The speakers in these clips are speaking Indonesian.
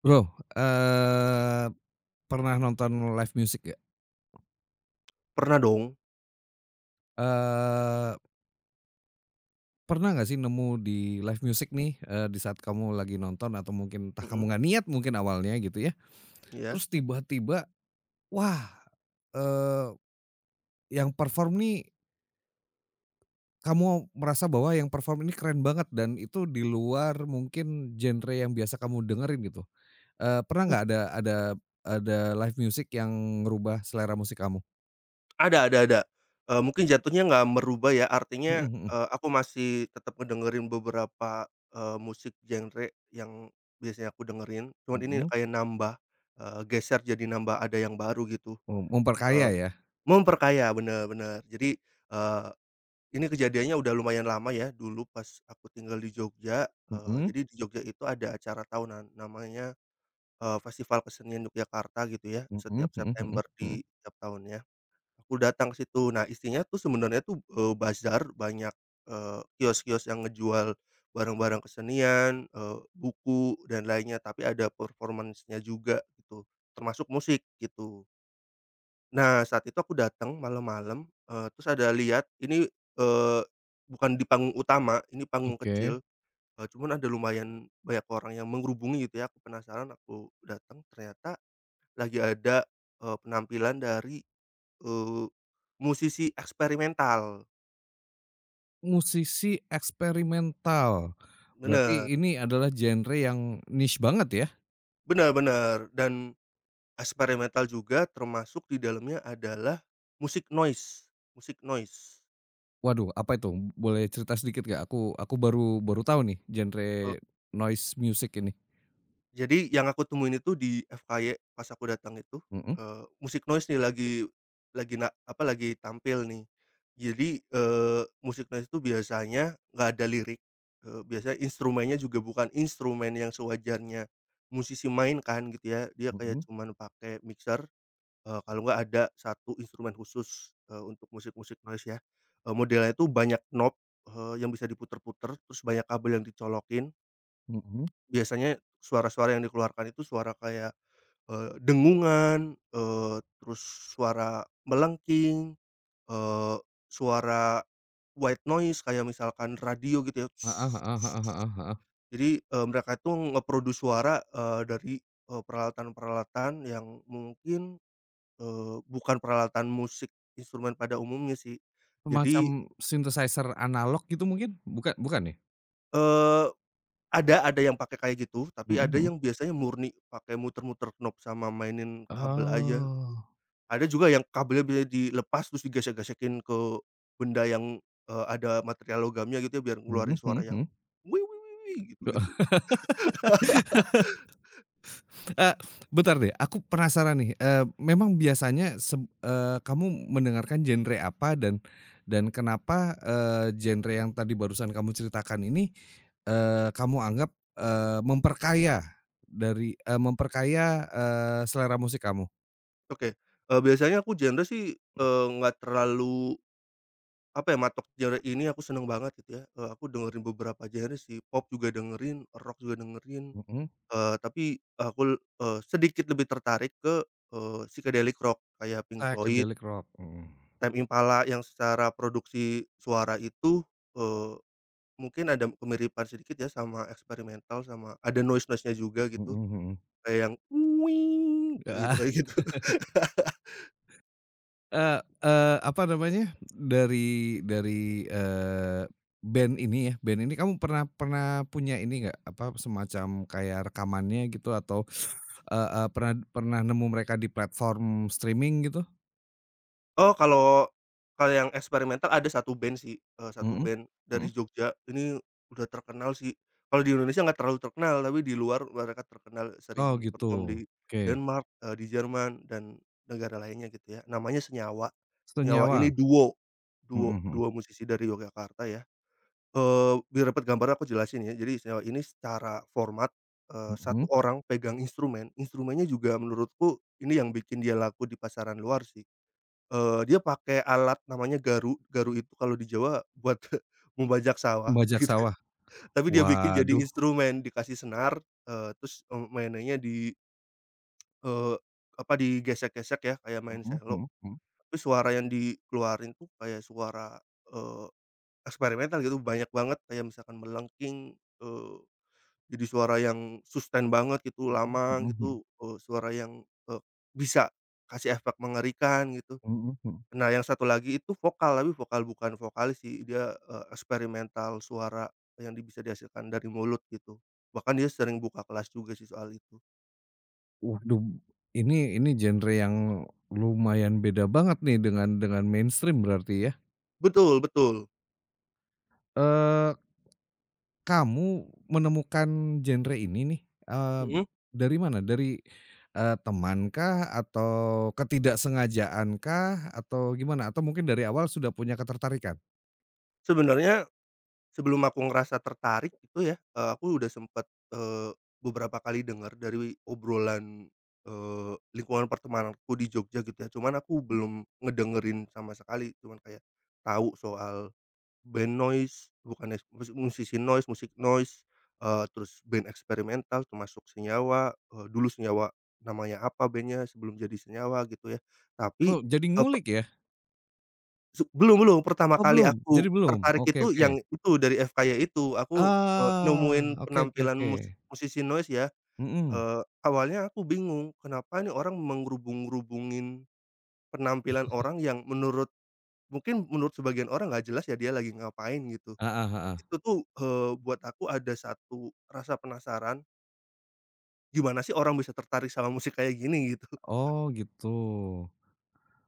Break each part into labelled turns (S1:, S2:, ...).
S1: Bro, pernah nonton live music nggak?
S2: Pernah dong,
S1: Eee, Pernah nggak sih nemu di live music nih, di saat kamu lagi nonton atau mungkin entah kamu
S2: mhm,
S1: nggak niat mungkin awalnya gitu ya,
S2: iya.
S1: terus tiba-tiba, wah, eee, yang perform nih kamu merasa bahwa yang perform ini keren banget dan itu di luar mungkin genre yang biasa kamu dengerin gitu. Pernah
S2: Oh,
S1: nggak ada live music yang ngerubah selera musik kamu?
S2: ada, mungkin jatuhnya nggak merubah ya,
S1: Mhm,
S2: artinya,
S1: mhm.
S2: aku masih tetap ngedengerin beberapa, musik genre yang biasanya aku dengerin, cuman ini
S1: Mhm.
S2: kayak nambah, geser jadi nambah ada yang baru gitu,
S1: Memperkaya
S2: eee,
S1: ya?
S2: memperkaya, bener bener. Jadi, eee, ini kejadiannya udah lumayan lama ya, dulu pas aku tinggal di Jogja,
S1: Mhm.
S2: jadi di Jogja itu ada acara tahunan namanya Festival Kesenian Yogyakarta gitu ya,
S1: Mhm,
S2: setiap
S1: mhm, mhm,
S2: September
S1: mhm.
S2: di tiap tahunnya. Aku datang ke situ. Nah, isinya tuh sebenarnya tuh, bazar banyak, kios-kios yang ngejual barang-barang kesenian, buku dan lainnya, tapi ada performance-nya juga gitu, termasuk musik gitu. Nah, saat itu aku datang malam-malam, terus ada lihat ini, eee, bukan di panggung utama, ini panggung
S1: Oke.
S2: kecil, cuman ada lumayan banyak orang yang mengerubungi gitu ya, aku penasaran, aku datang, ternyata lagi ada, penampilan dari, eee, musisi eksperimental.
S1: Musisi eksperimental,
S2: Bener
S1: berarti ini adalah genre yang niche banget ya?
S2: bener bener, dan eksperimental juga termasuk di dalamnya adalah musik noise musik noise.
S1: Waduh, apa itu? Boleh cerita sedikit nggak? Aku baru baru tahu nih genre noise music ini.
S2: Jadi yang aku temuin itu di FKY pas aku datang itu,
S1: Mhm,
S2: Musik Noise nih lagi tampil nih. Jadi, Musik Noise itu biasanya nggak ada lirik, biasanya instrumennya juga bukan instrumen yang sewajarnya musisi mainkan gitu ya, dia
S1: mhm,
S2: kayak cuman pakai mixer, kalau nggak ada satu instrumen khusus, untuk musik-musik noise ya, modelnya itu banyak knob, yang bisa diputer-puter, terus banyak kabel yang dicolokin.
S1: mhm.
S2: Biasanya suara-suara yang dikeluarkan itu suara kayak, dengungan, terus suara melengking, eee, suara white noise kayak misalkan radio gitu ya.
S1: Heeh, heeh, heeh, heeh, heeh.
S2: Jadi, mereka itu nge-produce suara, dari, peralatan-peralatan yang mungkin, bukan peralatan musik instrumen pada umumnya sih.
S1: Semacam
S2: Jadi,
S1: synthesizer analog gitu mungkin? Bukan, bukan ya?
S2: eee, ada yang pakai kayak gitu, tapi
S1: Mhm,
S2: ada
S1: mhm.
S2: yang biasanya murni pakai muter-muter knob sama mainin kabel aja.
S1: Oh.
S2: Ada juga yang kabelnya bisa dilepas terus digesek-gesekin ke benda yang, ada material logamnya gitu ya biar
S1: Mhm,
S2: ngeluarin suara
S1: mhm,
S2: yang
S1: mhm.
S2: gitu-gitu.
S1: Eee, Bentar deh, aku penasaran nih, memang biasanya kamu mendengarkan genre apa dan kenapa, genre yang tadi barusan kamu ceritakan ini, kamu anggap, eee, memperkaya memperkaya, selera musik kamu?
S2: Oke, biasanya aku genre sih, nggak terlalu apa ya, matok genre ini aku seneng banget gitu ya, aku dengerin beberapa genre sih, pop juga dengerin, rock juga dengerin,
S1: Mhm,
S2: tapi aku, sedikit lebih tertarik ke, psychedelic rock kayak Pink Floyd,
S1: psychedelic rock, mhm,
S2: Tame Impala yang secara produksi suara itu, eee Mungkin ada kemiripan sedikit ya sama eksperimental, sama ada noise-noise-nya juga gitu,
S1: mhm,
S2: kayak yang "wing" kayak gitu
S1: mhm.
S2: kayak gitu.
S1: Eee eee, Apa namanya, dari dari, eee, band ini ya, band ini kamu pernah pernah punya ini nggak, apa, semacam kayak rekamannya gitu atau, eee eee, pernah pernah nemu mereka di platform streaming gitu?
S2: Oh kalau kalau yang eksperimental ada satu band sih, satu
S1: Mhm,
S2: band
S1: mhm.
S2: dari Jogja, ini udah terkenal sih. Kalau di Indonesia nggak terlalu terkenal, tapi di luar mereka terkenal
S1: Oh
S2: sering
S1: gitu,
S2: perform di
S1: oke.
S2: Denmark, di Jerman dan negara lainnya gitu ya, namanya Senyawa. Senyawa ini
S1: Senyawa?
S2: duo duo
S1: Mhm,
S2: duo musisi dari Yogyakarta ya. Biar dapat gambaran aku jelasin ya. Jadi sejauh ini secara format,
S1: mhm,
S2: satu
S1: mhm.
S2: orang pegang instrumen, instrumennya juga menurutku ini yang bikin dia laku di pasaran luar sih. Dia pakai alat namanya garu, garu itu kalau di Jawa buat membajak sawah
S1: Bajak
S2: gitu ya,
S1: Sawah?
S2: tapi dia bikin jadi
S1: Waduh.
S2: instrumen, dikasih senar, terus, mainannya di, eee, apa, digesek-gesek ya kayak main
S1: Mhm,
S2: selo,
S1: mhm, mhm,
S2: tapi suara yang dikeluarin tuh kayak suara, eee, eksperimental gitu, banyak banget kayak misalkan melengking, eee Jadi suara yang sustain banget gitu,
S1: mhm,
S2: lama
S1: mhm, mhm,
S2: gitu, suara yang, bisa kasih efek mengerikan gitu.
S1: mhm, mhm.
S2: Nah yang satu lagi itu vokal, tapi vokal bukan vokalis sih, dia, eksperimental suara yang bisa dihasilkan dari mulut gitu. Bahkan dia sering buka kelas juga sih soal itu.
S1: Waduh, ini genre yang lumayan beda banget nih dengan mainstream berarti ya.
S2: Betul betul.
S1: Eee, Kamu menemukan genre ini nih, eee,
S2: Mhm.
S1: dari mana? Dari, temankah atau ketidaksengajaankah atau gimana? Atau mungkin dari awal sudah punya ketertarikan?
S2: Sebenarnya Sebelum aku ngerasa tertarik itu ya, aku udah sempet, beberapa kali dengar dari obrolan, lingkungan pertemananku di Jogja gitu ya, cuman aku belum ngedengerin sama sekali, cuman kayak tahu soal band noise, bukannya musisi noise, musik noise, terus band eksperimental termasuk Senyawa, dulu Senyawa namanya apa bandnya sebelum jadi Senyawa gitu ya. Tapi,
S1: Oh, jadi
S2: eee
S1: ngulik ya?
S2: Su belum belum, pertama
S1: Oh,
S2: kali
S1: belum?
S2: aku
S1: Jadi belum?
S2: tertarik
S1: Oke,
S2: itu
S1: oke.
S2: yang itu dari FKY itu, aku,
S1: Ah,
S2: nemuin
S1: oke, oke,
S2: penampilan
S1: oke.
S2: musisi noise ya,
S1: Mm-mm.
S2: awalnya aku bingung, kenapa nih orang menggerubung-gerubungin penampilan orang yang menurut mungkin menurut sebagian orang nggak jelas ya dia lagi ngapain gitu.
S1: Ah, ah, ah. Ah.
S2: Itu tuh, buat aku ada satu rasa penasaran, gimana sih orang bisa tertarik sama musik kayak gini gitu.
S1: Oh gitu.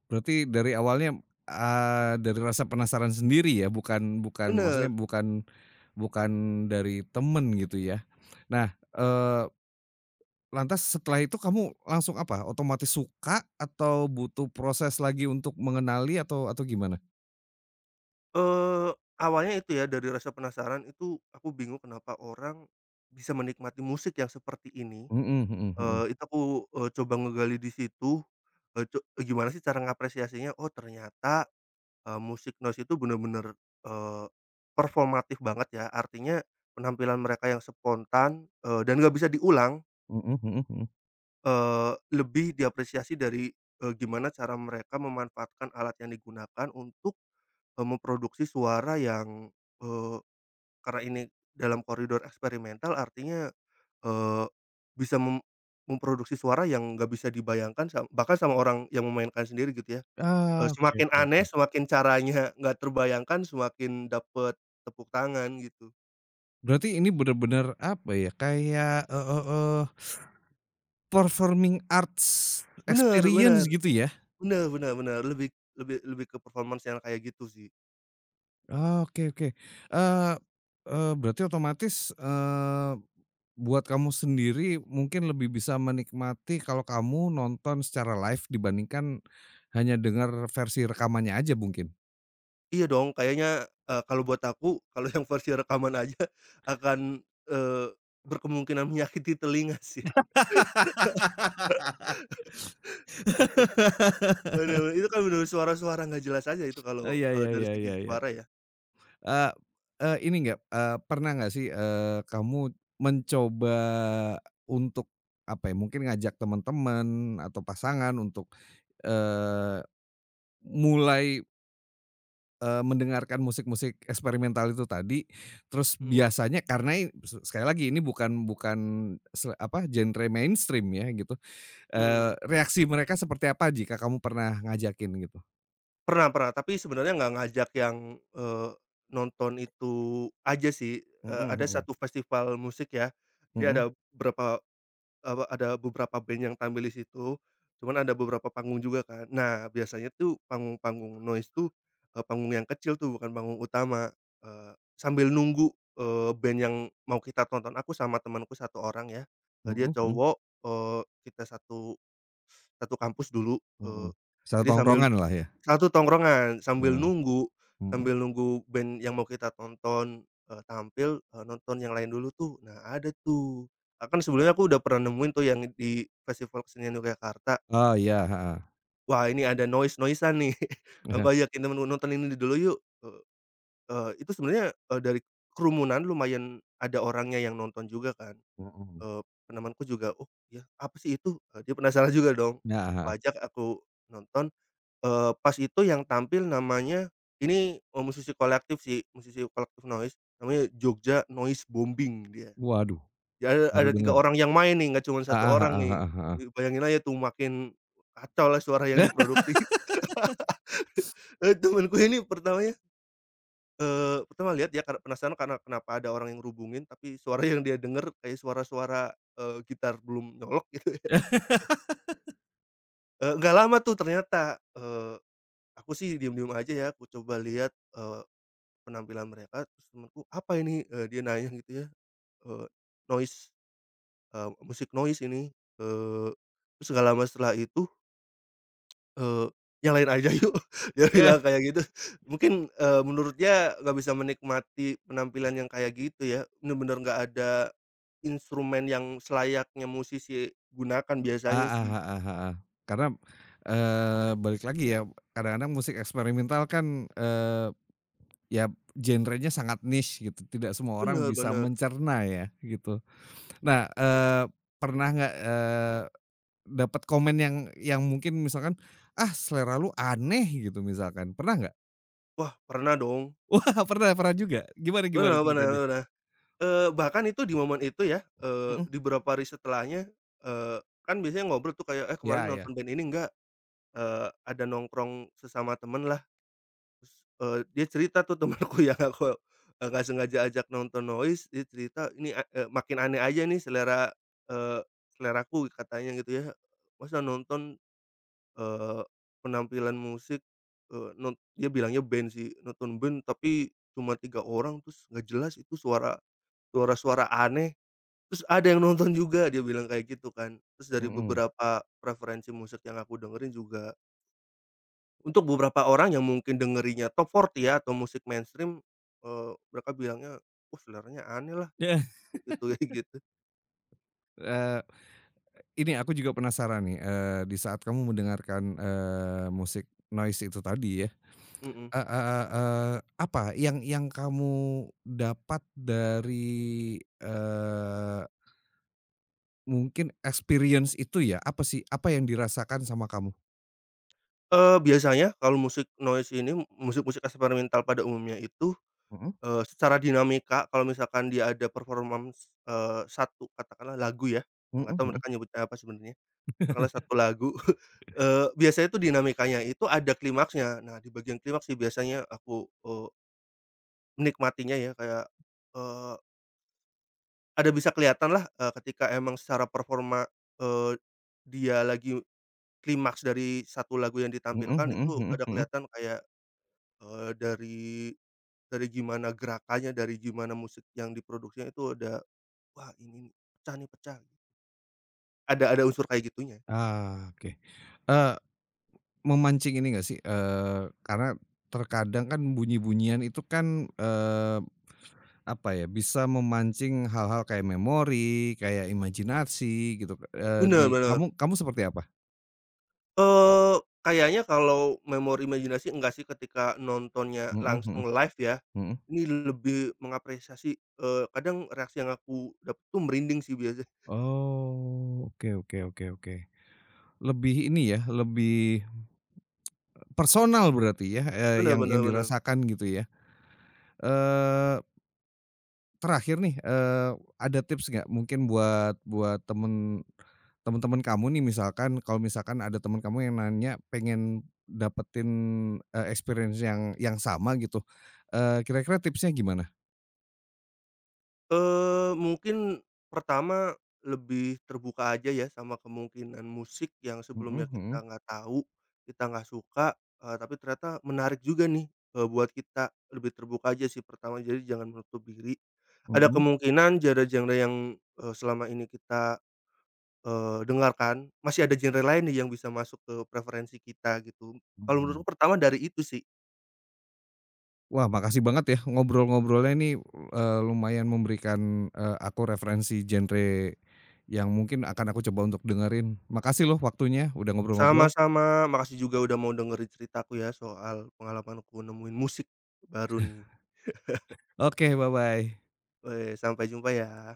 S1: Berarti dari awalnya, dari rasa penasaran sendiri ya, bukan bukan maksudnya
S2: Bener.
S1: bukan bukan dari temen gitu ya. Nah, lantas setelah itu kamu langsung apa, otomatis suka atau butuh proses lagi untuk mengenali atau gimana?
S2: Eee, awalnya itu ya, dari rasa penasaran itu aku bingung kenapa orang bisa menikmati musik yang seperti ini,
S1: Mhm, mhm, mhm.
S2: itu aku, coba ngegali di situ, eee, co gimana sih cara ngapresiasinya, oh ternyata, musik noise itu bener-bener, eee, performatif banget ya, artinya penampilan mereka yang spontan, dan nggak bisa diulang,
S1: Mhm, mhm, mhm.
S2: lebih diapresiasi dari, gimana cara mereka memanfaatkan alat yang digunakan untuk, memproduksi suara yang, eee karena ini dalam koridor eksperimental artinya, eee, bisa memproduksi suara yang nggak bisa dibayangkan bahkan sama orang yang memainkan sendiri gitu ya,
S1: Ah, oke,
S2: semakin
S1: oke, oke.
S2: aneh semakin caranya nggak terbayangkan semakin dapet tepuk tangan gitu.
S1: Berarti ini bener-bener apa ya, kayak, eee eee eee, performing arts
S2: Bener
S1: experience
S2: bener
S1: gitu ya?
S2: bener bener bener lebih lebih lebih ke performance yang kayak gitu sih.
S1: Oke, oke. Eee eee, Berarti otomatis, buat kamu sendiri mungkin lebih bisa menikmati kalau kamu nonton secara live dibandingkan hanya dengar versi rekamannya aja mungkin?
S2: Iya dong kayaknya, kalau buat aku kalau yang versi rekaman aja akan, eee, berkemungkinan menyakiti telinga sih. Bener, itu kan bener suara-suara nggak jelas aja itu kalau,
S1: Iya, iya,
S2: dari
S1: iya,
S2: segi
S1: iya, iya.
S2: suara ya.
S1: Eee eee, ini nggak eee, Pernah nggak sih, kamu mencoba untuk, apa ya, mungkin ngajak teman-teman atau pasangan untuk, eh, mulai, mendengarkan musik-musik eksperimental itu tadi, terus
S2: Mhm,
S1: biasanya karena i se sekali lagi ini bukan bukan se apa, genre mainstream ya gitu,
S2: mhm.
S1: reaksi mereka seperti apa jika kamu pernah ngajakin gitu?
S2: Pernah pernah, tapi sebenarnya nggak ngajak yang, nonton itu aja sih,
S1: Mhm,
S2: ada
S1: mhm.
S2: satu festival musik ya, jadi
S1: Mhm,
S2: berapa ada beberapa band yang tampil di situ, cuman ada beberapa panggung juga kan. Nah, biasanya tuh panggung-panggung noise tuh, panggung yang kecil tuh bukan panggung utama, sambil nunggu, band yang mau kita tonton aku sama temanku satu orang ya, dia
S1: mhm, mhm,
S2: cowok, kita satu satu kampus dulu,
S1: mhm.
S2: eee, jadi sambil
S1: Setongkrongan lah ya?
S2: satu tongkrongan, sambil
S1: Nah,
S2: nunggu
S1: mhm.
S2: sambil nunggu band yang mau kita tonton, tampil, nonton yang lain dulu tuh. Nah, ada tuh. Kan sebelumnya aku udah pernah nemuin tuh yang di Festival Kesenian Yogyakarta,
S1: Oh iya, heeh.
S2: wah ini ada noise-noise-an nih, aku
S1: Heeh.
S2: ajakin temenku, "Nonton ini dulu yuk." Eee eee, itu sebenarnya, dari kerumunan lumayan ada orangnya yang nonton juga kan,
S1: Mhm.
S2: eee, temanku juga, "Oh, ya apa sih itu?" Dia penasaran juga dong,
S1: Nah,
S2: aku
S1: heeh.
S2: ajak, aku nonton. Pas itu yang tampil namanya ini, musisi kolektif sih, musisi kolektif noise, namanya Jogja Noise Bombing dia.
S1: Waduh,
S2: Ya ada
S1: baru
S2: ada 3
S1: dengar.
S2: orang yang main nih, nggak cuma satu
S1: Heeh,
S2: orang
S1: heeh,
S2: nih.
S1: heeh, heeh.
S2: Ya bayangin aja tuh makin kacaulah suara yang diproduksi. Temenku ini pertamanya, pertama lihat ya karena penasaran karena kenapa ada orang yang rubungin tapi suara yang dia denger kayak suara-suara, gitar belum nyolok gitu ya. Nggak lama tuh ternyata, aku sih diem-diem aja ya, aku coba lihat penampilan mereka, terus temanku "Apa ini?" Dia nanya gitu ya, eee, noise, musik noise ini, eee, terus nggak lama setelah itu, eee, "Yang lain aja yuk," dia bilang kayak gitu. Mungkin, menurut dia nggak bisa menikmati penampilan yang kayak gitu ya, bener-bener nggak ada instrumen yang selayaknya musisi gunakan biasanya
S1: Heeh,
S2: sih.
S1: heeh, heeh. Karena, balik lagi ya, kadang-kadang musik eksperimental kan, ya genrenya sangat niche gitu, tidak semua orang
S2: Bener
S1: bisa
S2: bener.
S1: mencerna ya, gitu. Nah, pernah nggak, dapat komen yang mungkin misalkan, "Ah selera lu aneh," gitu misalkan, pernah nggak?
S2: Wah, pernah dong.
S1: Wah, pernah pernah juga? Gimana gimana
S2: Pernah pernah
S1: ceritanya?
S2: pernah. Bahkan itu di momen itu ya,
S1: Mhm.
S2: di beberapa hari setelahnya, eee, kan biasanya ngobrol tuh kayak, "Eh, kemarin
S1: Ya,
S2: nonton
S1: ya,
S2: band ini enggak?" Ada nongkrong sesama temen lah, terus, dia cerita tuh temenku yang aku, nggak sengaja ajak nonton Noise, dia cerita, "Ini makin aneh aja nih selera, eee, seleraku," katanya gitu ya, "masa nonton, eee, penampilan musik, eee, non" dia bilangnya band sih, "nonton band tapi cuma 3 orang, terus nggak jelas itu suara-suara aneh." Terus ada yang nonton juga dia bilang kayak gitu kan. Terus dari
S1: mhm.
S2: beberapa preferensi musik yang aku dengerin juga untuk beberapa orang yang mungkin dengerinnya top 40 ya atau musik mainstream, mereka bilangnya, seleranya aneh lah,"
S1: Iya.
S2: gitu kayak gitu,
S1: Eee Ini aku juga penasaran nih, di saat kamu mendengarkan, musik noise itu tadi ya,
S2: mhm.
S1: heeh, heeh, apa yang kamu dapat dari, mungkin experience itu ya, apa sih, apa yang dirasakan sama kamu?
S2: Biasanya kalau musik noise ini, musik-musik eksperimental pada umumnya itu.
S1: Mhm,
S2: Secara dinamika kalau misalkan dia ada performance, satu katakanlah lagu ya,
S1: mhm,
S2: nggak tahu
S1: mhm.
S2: mereka nyebutnya apa sebenarnya, katakanlah satu lagu, biasanya itu dinamikanya itu ada klimaksnya. Nah, di bagian klimaks sih biasanya aku, menikmatinya ya kayak, eee, ada bisa kelihatanlah, ketika emang secara performa, eee, dia lagi klimaks dari satu lagu yang
S1: Mhm,
S2: ditampilkan
S1: mhm,
S2: itu
S1: mhm,
S2: ada
S1: mhm.
S2: kelihatan kayak, dari gimana gerakannya, dari gimana musik yang diproduksinya itu ada. Wah ini nih, pecah nih pecah. Ada unsur kayak gitunya.
S1: Ah, oke. Eee, Memancing ini nggak sih, karena terkadang kan bunyi-bunyian itu kan, apa ya, bisa memancing hal-hal kayak memori, kayak imajinasi gitu, di
S2: Bener bener.
S1: kamu kamu seperti apa?
S2: Eee, kayaknya kalau memori imajinasi enggak sih ketika nontonnya
S1: Mhm, mhm,
S2: langsung live ya,
S1: mhm.
S2: ini lebih mengapresiasi, kadang reaksi yang aku dapet tuh merinding sih biasanya.
S1: Oh, oke, oke, oke, oke. Lebih ini ya, lebih personal berarti ya,
S2: Bener
S1: yang
S2: bener bener.
S1: dirasakan gitu ya. Eee, Terakhir nih, ada tips nggak mungkin buat buat teman-teman kamu nih misalkan kalau misalkan ada teman kamu yang nanya pengen dapetin, experience yang sama gitu, kira-kira tipsnya gimana?
S2: Mungkin pertama lebih terbuka aja ya sama kemungkinan musik yang
S1: Mhm,
S2: sebelumnya
S1: mhm,
S2: kita nggak tahu, kita nggak suka, tapi ternyata menarik juga nih, buat kita. Lebih terbuka aja sih pertama, jadi jangan menutup diri. Ada
S1: mhm.
S2: kemungkinan genre-genre yang, selama ini kita, dengarkan, masih ada genre lain nih yang bisa masuk ke preferensi kita gitu. Kalau
S1: Mmm.
S2: menurutku pertama dari itu sih.
S1: Wah, makasih banget ya ngobrol-ngobrolnya ini, lumayan memberikan, aku referensi genre yang mungkin akan aku coba untuk dengerin. Makasih loh waktunya udah ngobrol-ngobrol.
S2: Sama-sama, makasih juga udah mau dengerin ceritaku ya soal pengalamanku nemuin musik baru nih.
S1: Oke, bye-bye.
S2: Weh, sampai jumpa ya.